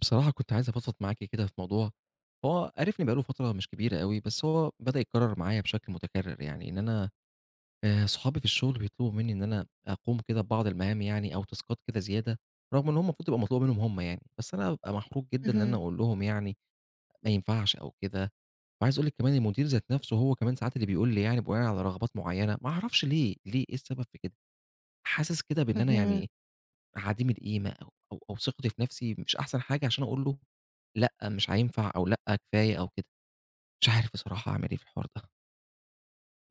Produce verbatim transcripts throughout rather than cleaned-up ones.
بصراحة كنت عايز أفضفض معاكِ كده في موضوع، هو عارفني بقى له فترة مش كبيرة أوي، بس هو بدأ يتكرر معايا بشكل متكرر، يعني إن أنا آآ صحابي في الشغل بيطلبوا مني إن أنا أقوم كده ببعض المهام يعني أو تاسكات كده زيادة، رغم إن هو المفروض تبقى مطلوبة منهم هم يعني، بس أنا بابقى محروج جدًا إن أنا اهم، أقول لهم يعني ما ينفعش أو كده، وعايز أقول لِك كمان المدير ذات نفسه هو كمان ساعات اللي بيقول لي يعني بناءً على رغبات معينة، ما أعرفش ليه، ليه إيه السبب في كده؟ حاسس كده بإن أنا اهم. يعني عديم القيمة أو أو أو ثقتي في نفسي مش أحسن حاجة عشان أقول له لأ، مش هينفع أو لأ، كفاية أو كده، مش عارف بصراحة أعمل إيه في الحوار ده.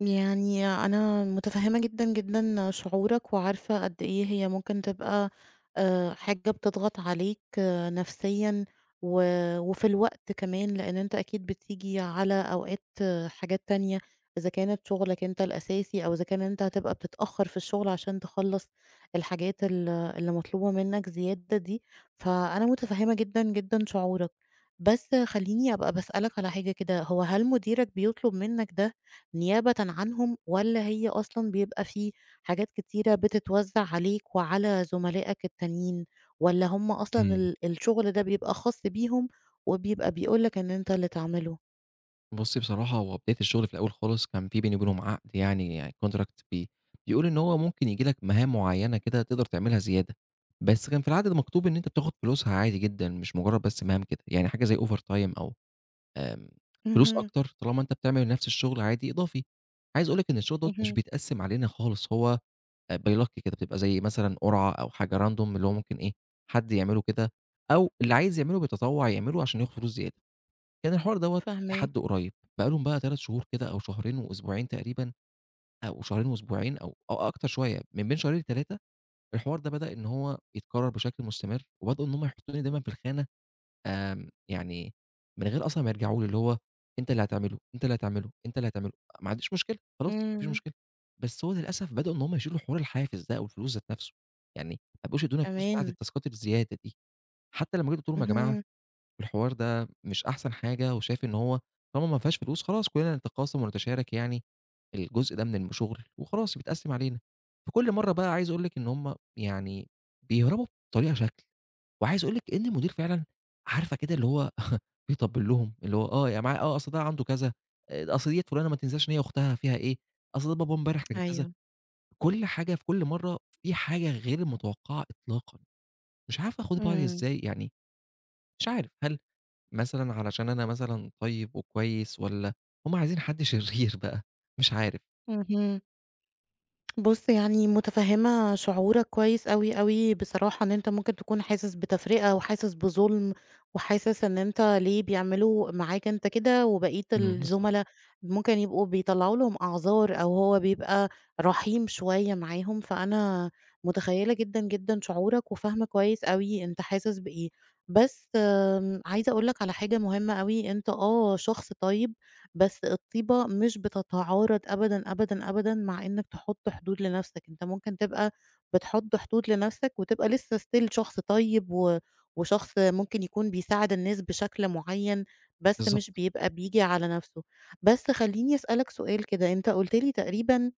يعني أنا متفهمة جدًا، جدًا شعورك، وعارفة قد إيه هي ممكن تبقى آآ، حاجة بتضغط عليك آه، نفسيًا، و وفي الوقت كمان، لأن أنت أكيد بتيجي على أوقات آه، حاجات تانية، إذا كانت شغلك أنت الأساسي، أو إذا كان أنت هتبقى بتتأخر في الشغل عشان تخلّص الحاجات ال اللي مطلوبة منك زيادة دي، فأنا متفهمة جدًا، جدًا شعورك. بس خلّيني أبقى باسألك على حاجة كده، هو هل مديرك بيطلب منك ده نيابةً عنهم، والّا هي أصلًا بيبقى في حاجات كتيرة بتتوزّع عليك وعلى زملائك التانيين، والّا هم أصلًا إمم. ال الشغل ده بيبقى خاص بيهم وبيبقى بيقول لك إن أنت اللي تعمله؟ بُصّي بصراحة هو بداية الشغل في الأول خالص كان في بيني وبينهم عقد يعني يعني contract بي بيقول إن هو ممكن ييجي لك مهام معيّنة كده تقدر تعملها زيادة، بس كان في العقد ده مكتوب إن أنت بتاخد فلوسها عادي جدًا، مش مجرد بس مهام كده، يعني حاجة زي overtime أو آمم، فلوس اهم، أكتر طالما أنت بتعمل نفس الشغل عادي إضافي. عايز أقول لك إن الشغل دوّة مش اهم، بيتقسم علينا خالص، هو آآ by luck كده، بتبقى زي مثلًا قرعة أو حاجة random اللي هو ممكن إيه، حد يعمله كده أو اللي عايز يعمله بيتطوّع يعمله عشان ياخد فلوس زيادة. كان الحوار دوّة فاهماك، لحد قريب، بقى لهم بقى ثلاثة شهور كده أو شهرين وأسبوعين تقريبًا أو شهرين وأسبوعين أو أو أكتر شوية، من بين شهرين لتلاتة الحوار ده بدأ إن هو يتكرر بشكل مستمر، وبدأوا إن هم يحطوني دايمًا في الخانة آمم، يعني من غير أصلًا ما يرجعوا لي، اللي هو أنت اللي هتعمله، أنت اللي هتعمله، أنت اللي هتعمله، ما عنديش مشكلة، خلاص ما فيش إمم. مشكلة، بس هو للأسف بدأوا إن هم يشيلوا حوار الحافز ده أو الفلوس ذات نفسه، يعني ما بقوش يدّونا فلوس بتاعة كمان! التاسكات الزيادة دي، حتى لمّا جيت قُلت لهم: "يا جماعة اهم، الحوار ده مش أحسن حاجة وشايف إن هو طالما ما فيهاش فلوس خلاص كلنا نتقاسم ونتشارك يعني الجزء ده من الشغل وخلاص بيتقسم علينا." فكل مرّة بقى عايز أقول لِك إن هم يعني بيهربوا بطريقة شكل. وعايز أقول لِك إن المدير فعلًا عارفة كده اللي هو بيطبّل لهم، اللي هو آه، يا جماعة آه، أصل ده عنده كذا، آآ، أصل ديّة فلانة ما تنساش إن هي أختها فيها إيه، أصل ده باباه امبارح كان كذا، أيوه. كل حاجة في كل مرّة في حاجة غير المتوقعة إطلاقًا، مش عارف آخُد بعضي إمم، إزاي، يعني مش عارف هل مثلًا علشان أنا مثلًا طيب وكويس والّا هم عايزين حد شرير بقى؟ مش عارف. اهم. بُص، يعني مُتفهِّمة شعورك كويس أوي، أوي بصراحة إن أنت ممكن تكون حاسس بتفرقة وحاسس بظُلم وحاسس إن أنت ليه بيعملوا معاك أنت كده وبقية إمم، بالضبط، الزُملا ممكن يبقوا بيطلّعوا لهم أعذار أو هو بيبقى رحيم شوية معاهم، فأنا مُتخيّلة جدًا، جدًا شعورك وفاهمة كويس أوي أنت حاسس بإيه. بس آمم، عايزة أقول لك على حاجة مهمة أوي، أنت آه شخص طيب بس الطيبة مش بتتعارض أبدًا، أبدًا، أبدًا مع إنك تحُط حدود لنَفْسك، أنت ممكن تبقى بتحُط حدود لنَفْسك وتبقى لسه still شخص طيب و وشخص ممكن يكون بيساعد الناس بشكل معيّن، بس مش بالضبط. بيبقى بييجي على نَفْسه. بس خلّيني أسألك سؤال كده، أنت قُلت لي تقريبًا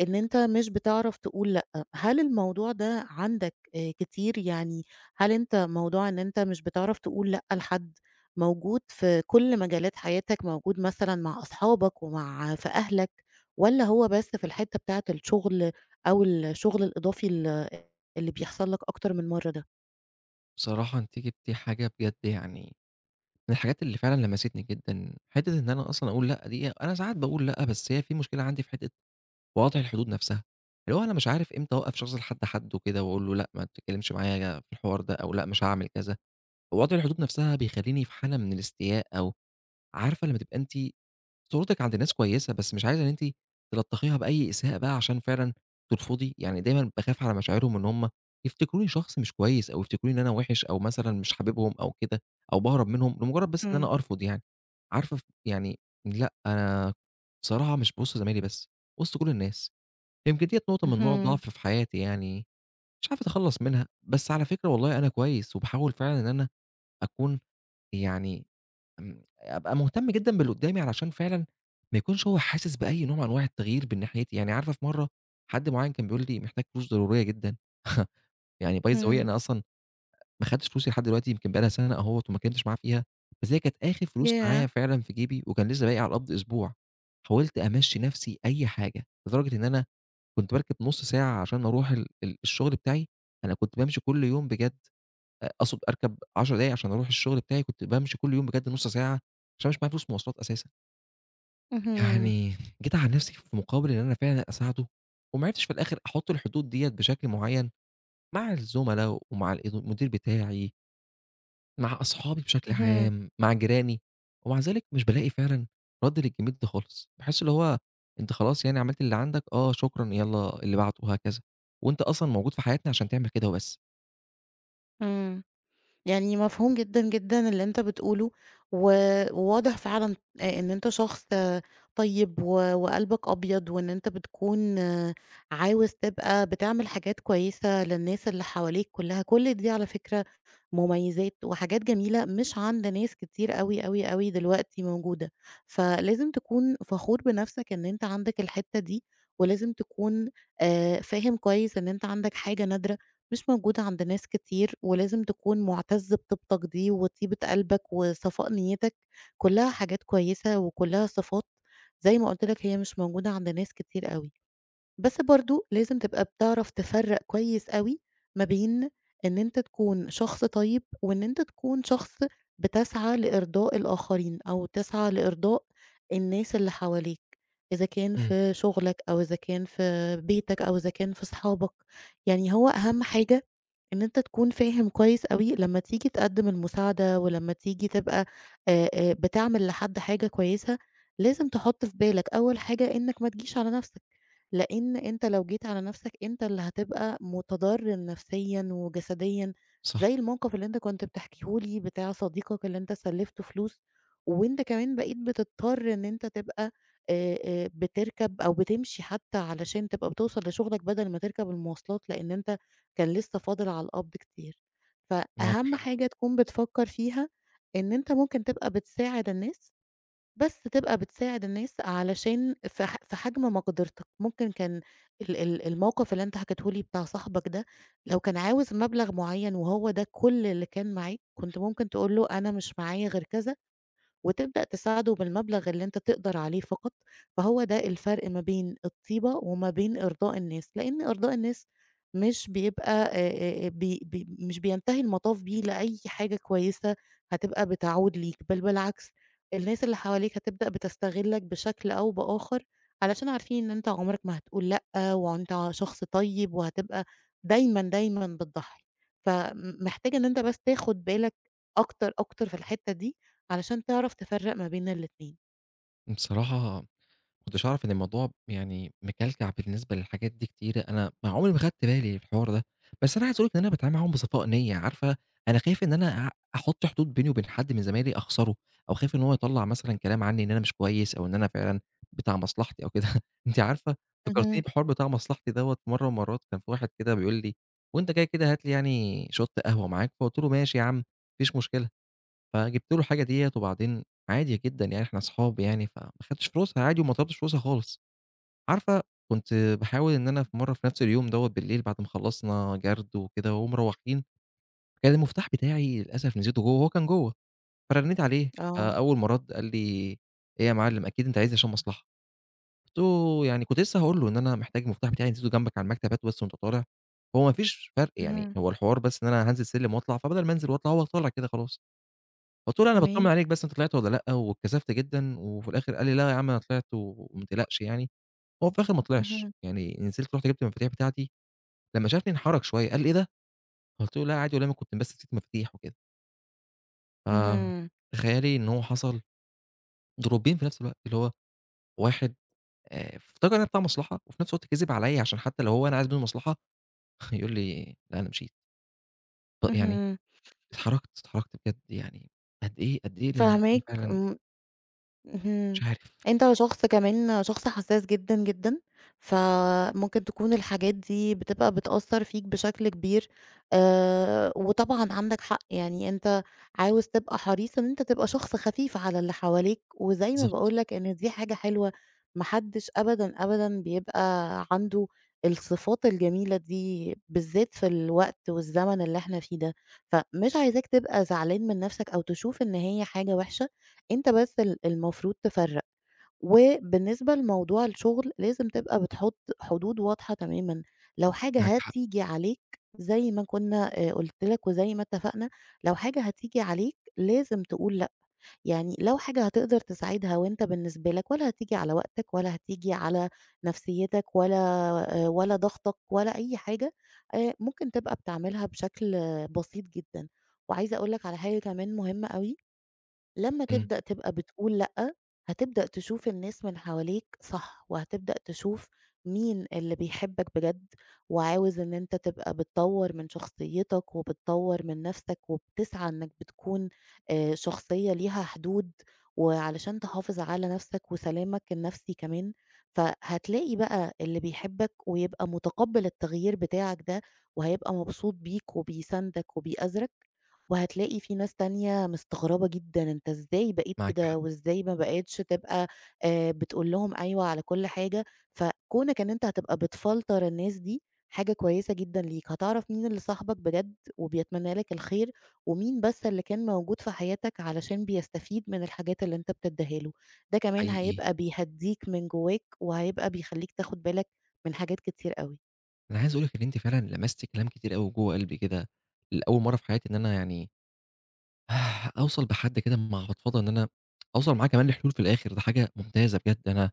إن أنت مش بتعرف تقول لأ، هل الموضوع ده عندك آآ كتير؟ يعني هل أنت موضوع إن أنت مش بتعرف تقول لأ لحد موجود في كل مجالات حياتك، موجود مثلًا مع أصحابك ومع في أهلك، والّا هو بس في الحتة بتاعة الشغل أو الشغل الإضافي ال اللي بيحصل لك أكتر من مرّة ده؟ بصراحة أنتِ جبتِ حاجة بجد يعني من الحاجات اللي فعلًا لمستني جدًا، حتة إن أنا أصلًا أقول لأ دي، أنا ساعات باقول لأ، بس هي في مشكلة عندي في حتة وضع الحدود نفسها، اللي هو أنا مش عارف إمتى أوقّف شخص لحد حدُّه كده وأقول له لأ، ما تتكلمش معايا في الحوار ده، أو لأ مش هاعمل كذا، ووضع الحدود نفسها بيخلّيني في حالة من الاستياء، أو عارفة لمّا تبقى أنتِ صورتِك عند الناس كويسة، بس مش عايزة إن أنتِ تلطّخيها بأي إساءة بقى عشان فعلًا ترفضي، يعني دايمًا باخاف على مشاعرهم إن هُم يفتكروني شخص مش كويس أو يفتكروني إن أنا وِحِش أو مثلًا مش حاببهم أو كده أو باهرب منهم لمجرّد بس إن إمم، أنا أرفض يعني. عارفة ف يعني لأ، أنا بصراحة مش بوِسط زمايلي بس، وسط كل الناس. يمكن ديّة نقطة من نقط اهم، ضعفي في حياتي يعني، مش عارف أتخلّص منها، بس على فكرة والله أنا كويس وباحاول فعلًا إن أنا أكون يعني امم، أبقى مهتم جدًا باللي قدّامي علشان فعلًا ما يكونش هو حاسس بأي نوع من أنواع التغيير من ناحيتي، يعني عارفة في مرّة حد معيّن كان بيقول لي: "محتاج فلوس ضرورية جدًا." يعني by the way إمم، أنا أصلًا ما خدتش فلوسي لحد دلوقتي يمكن بقى لها سَنة أهوّة وما اتكلمتش معاه فيها، بس هي كانت آخر فلوس ياه! معايا فعلًا في جيبي وكان لسه باقي على قبض أسبوع، حاولت أمشّي نَفْسي أي حاجة، لدرجة إن أنا كنت باركب نُص ساعة عشان أروح ال ال الشغل بتاعي، أنا كنت بامشي كل يوم بجد. أ أقصد أركب عشر دقايق عشان أروح الشغل بتاعي، كنت بامشي كل يوم بجد نُص ساعة، عشان مش معايا فلوس مواصلات أساسًا. اهم، يعني جيت على نفسي في مقابل إن أنا فعلًا أساعده، وما عرفتش في الآخر أحط الحدود ديّة بشكل معيّن مع الزملا ومع الإد المدير بتاعي، مع أصحابي بشكل اهم، عام، مع جيراني، ومع ذلك مش بالاقي فعلًا رَد للجميل ده خالص. باحس اللي هو أنت خلاص يعني عملت اللي عندك، آه شكرًا، يالّا اللي بعده وهكذا، وأنت أصلًا موجود في حياتنا عشان تعمل كده وبس. إمم. يعني مفهوم جدًا، جدًا اللي أنت بتقوله، و وواضح فعلًا آآ إن أنت شخص طيب و وقلبك أبيض، وإن أنت بتكون عاوز تبقى بتعمل حاجات كويسة للناس اللي حواليك كلها، كل دي على فكرة مميزات وحاجات جميلة مش عند ناس كتير أوي، أوي، أوي دلوقتي موجودة، فلازم تكون فخور بنفسك إن أنت عندك الحتة دي، ولازم تكون آآ فاهم كويس إن أنت عندك حاجة نادرة مش موجودة عند ناس كتير، ولازم تكون مُعتَز بطيبتك دي وطيبة قلبك وصفاء نيتك، كلّها حاجات كويسة وكلّها صفات زي ما قُلت لك هي مش موجودة عند ناس كتير أوي. بس برضه لازم تبقى بتعرف تفرّق كويس أوي ما بين إن أنت تكون شخص طيب، وإن أنت تكون شخص بتسعى لإرضاء الآخرين، أو تسعى لإرضاء الناس اللي حواليك، إذا كان إمم، في شغلك أو إذا كان في بيتك أو إذا كان في صحابك، يعني هو أهم حاجة إن أنت تكون فاهم كويس أوي لمّا تيجي تقدّم المساعدة، ولمّا تيجي تبقى آآ، آآ، بتعمل لحد حاجة كويسة، لازم تحط في بالك أول حاجة إنك ما تجيش على نفسك. لإن أنت لو جيت على نفسك أنت اللي هتبقى متضرر نفسيًا وجسديًا، صح. زي الموقف اللي أنت كنت بتحكيه لي بتاع صديقك اللي أنت سلّفته فلوس، وأنت كمان بقيت بتضطر إن أنت تبقى آآ، آآ، بتركب أو بتمشي حتى علشان تبقى بتوصل لشغلك بدل ما تركب المواصلات، لإن أنت كان لسه فاضل على القبض كتير. معاك فأهم حق. حاجة تكون بتفكر فيها إن أنت ممكن تبقى بتساعد الناس بس تبقى بتساعد الناس علشان في ح في حجم مقدرتك، ممكن كان ال ال الموقف اللي أنت حكيته لي بتاع صاحبك ده، لو كان عاوز مبلغ معيّن وهو ده كل اللي كان معاك، كنت ممكن تقول له أنا مش معايا غير كذا، وتبدأ تساعده بالمبلغ اللي أنت تقدر عليه فقط، فهو ده الفرق ما بين الطيبة وما بين إرضاء الناس، لإن إرضاء الناس مش بيبقى آآ، آآ، بي بي مش بينتهي المطاف بيه لأي حاجة كويسة هتبقى بتعود ليك، بل بالعكس الناس اللي حواليك هتبدأ بتستغلك بشكل أو بآخر، علشان عارفين إن أنت عمرك ما هتقول لأ، وأنت شخص طيب وهتبقى دايمًا، دايمًا بتضحي، فمحتاج إن أنت بس تاخد بالك أكتر، أكتر في الحتة دي، علشان تعرف تفرّق ما بين الاتنين. بصراحة ما كنتش أعرف إن الموضوع يعني مكلكع بالنسبة للحاجات دي كتيرة، أنا ما عمري ما خدت بالي من الحوار ده، بس أنا عايز أقول لِك إن أنا باتعامل معاهم بصفاء نية، عارفة أنا خايف إن أنا أع أحط حدود بيني وبين حد من زمايلي أخسره، أو خايف إن هو يطلّع مثلًا كلام عني إن أنا مش كويس، أو إن أنا فعلًا بتاع مصلحتي أو كده، أنتِ عارفة فكرتيني اهم. بحوار بتاع مصلحتي دوّة في مرة من المرات كان في واحد كده بيقول لي: "وأنت جاي كده هات لي يعني شوت قهوة معاك؟" فقُلت له: "ماشي يا عم، ما فيش مشكلة." فجِبت له الحاجة ديّة وبعدين عادي جدًا يعني إحنا أصحاب يعني، فما خدتش فلوسها عادي وما طلبتش فلوسها خالص. عارفة كنت باحاول إن أنا في مرّة في نفس اليوم دوّة بالليل بعد ما خلّصنا جَرد وكده ومروّحين، كان المفتاح بتاعي للأسف نسيته جوّه وهو كان جوّه، فرنّيت عليه، آه. فأول ما رَد قال لي: "إيه يا معلم أكيد أنت عايزني عشان مصلحة." قُلت له: "يعني كنت لسه هاقول له إن أنا محتاج المفتاح بتاعي نسيته جنبك على المكتب هاته بس وأنت طالع." هو ما فيش فرق يعني، اهم. هو الحوار بس إن أنا هانزل سلِّم وأطلع، فبدل ما أنزل وأطلع هو طالع كده خلاص. قُلت له: "لأ أنا باطمن تمام. عليك بس أنت طلعت والّا لأ، واتكسفت جدًا." وفي الآخر قال لي: "لا يا عم أنا طلعت وما تقلقش يعني." هو في الآخر ما طلعش، اهم. يعني نزلت رُحت جِبت المفاتيح بتاعتي، لمّا شافني انحرج شوية قال: "إيه ده؟" قُلت له: "لأ عادي والله ما كنت بس نسيت المفاتيح وكده." اهم. فتخيّلي إن هو حصل دروبين في نفس الوقت، اللي هو واحد آآ افتكر إن أنا بتاع مصلحة، وفي نفس الوقت كِذب عليّا عشان حتى لو هو أنا عايز منه مصلحة يقول لي: "لأ أنا مشيت." ط يعني اهم. اتحرجت، اتحرجت بجد يعني قد إيه، قد إيه الإنسان فاهماك. فعلًا مش اهم. عارف، أنت شخص كمان شخص حساس جدًا، جدًا، فممكن تكون الحاجات دي بتبقى بتأثّر فيك بشكل كبير، آآ، وطبعًا عندك حق، يعني أنت عاوز تبقى حريص إن أنت تبقى شخص خفيف على اللي حواليك، وزي ما بالضبط باقول لك إن دي حاجة حلوة، ما حدش أبدًا، أبدًا بيبقى عنده الصفات الجميلة دي، بالذات في الوقت والزمن اللي إحنا فيه ده، فمش عايزاك تبقى زعلان من نفسك أو تشوف إن هي حاجة وحشة. أنت بس ال المفروض تفرّق، وبالنسبة لموضوع الشغل لازم تبقى بتحط حدود واضحة تمامًا، لو حاجة معاكِ حق، هتيجي عليك زي ما كنا آآ قُلت لك وزي ما اتفقنا، لو حاجة هتيجي عليك لازم تقول لأ، يعني لو حاجة هتقدر تساعدها وأنت بالنسبة لك ولا هتيجي على وقتك ولا هتيجي على نفسيتك ولا آآ ولا ضغطك ولا أي حاجة، آآ ممكن تبقى بتعملها بشكل آه، بسيط جدًا. وعايزة أقول لك على حاجة كمان مهمة أوي، لمّا إمم، تبدأ تبقى بتقول لأ، هتبدأ تشوف الناس من حواليك صح، وهتبدأ تشوف مين اللي بيحبك بجد، وعاوز إن أنت تبقى بتطوّر من شخصيتك، وبتطوّر من نفسك، وبتسعى إنك بتكون آآ شخصية ليها حدود، وعلشان تحافظ على نفسك وسلامك النفسي كمان، فهتلاقي بقى اللي بيحبك ويبقى متقبّل التغيير بتاعك ده، وهيبقى مبسوط بيك وبيساندك وبيأزرك وهتلاقي في ناس تانية مستغربة جدًا أنت إزاي بقيت معاكِ حق. كده، وإزاي ما بقيتش تبقى آآ بتقول لهم أيوه على كل حاجة، فكونك إن أنت هتبقى بتفلتر الناس دي حاجة كويسة جدًا ليك، هتعرف مين اللي صاحبك بجد وبيتمنى لك الخير، ومين بس اللي كان موجود في حياتك علشان بيستفيد من الحاجات اللي أنت بتديها له، ده كمان حقيقي. هيبقى بيهدّيك من جواك، وهيبقى بيخلّيك تاخد بالك من حاجات كتير أوي. أنا عايز أقول لِك إن أنتِ فعلًا لمستِ كلام كتير أوي جوّه قلبي كده، لأول مرّة في حياتي إن أنا يعني أوصل بحد كده مع فضفضة إن أنا أوصل معاه كمان لحلول في الآخر، ده حاجة ممتازة بجد، أنا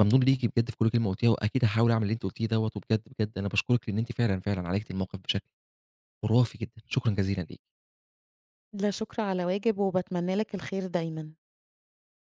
ممنون ليكِ بجد في كل كلمة قُلتيها، وأكيد هاحاول أعمل اللي أنتِ قُلتيه دوّة، وبجد، بجد أنا باشكرِك لإن أنتِ فعلًا، فعلًا عالجتِ الموقف بشكل خرافي جدًا، شكرًا جزيلًا ليكِ. لا شكر على واجب، وباتمنى لك الخير دايمًا.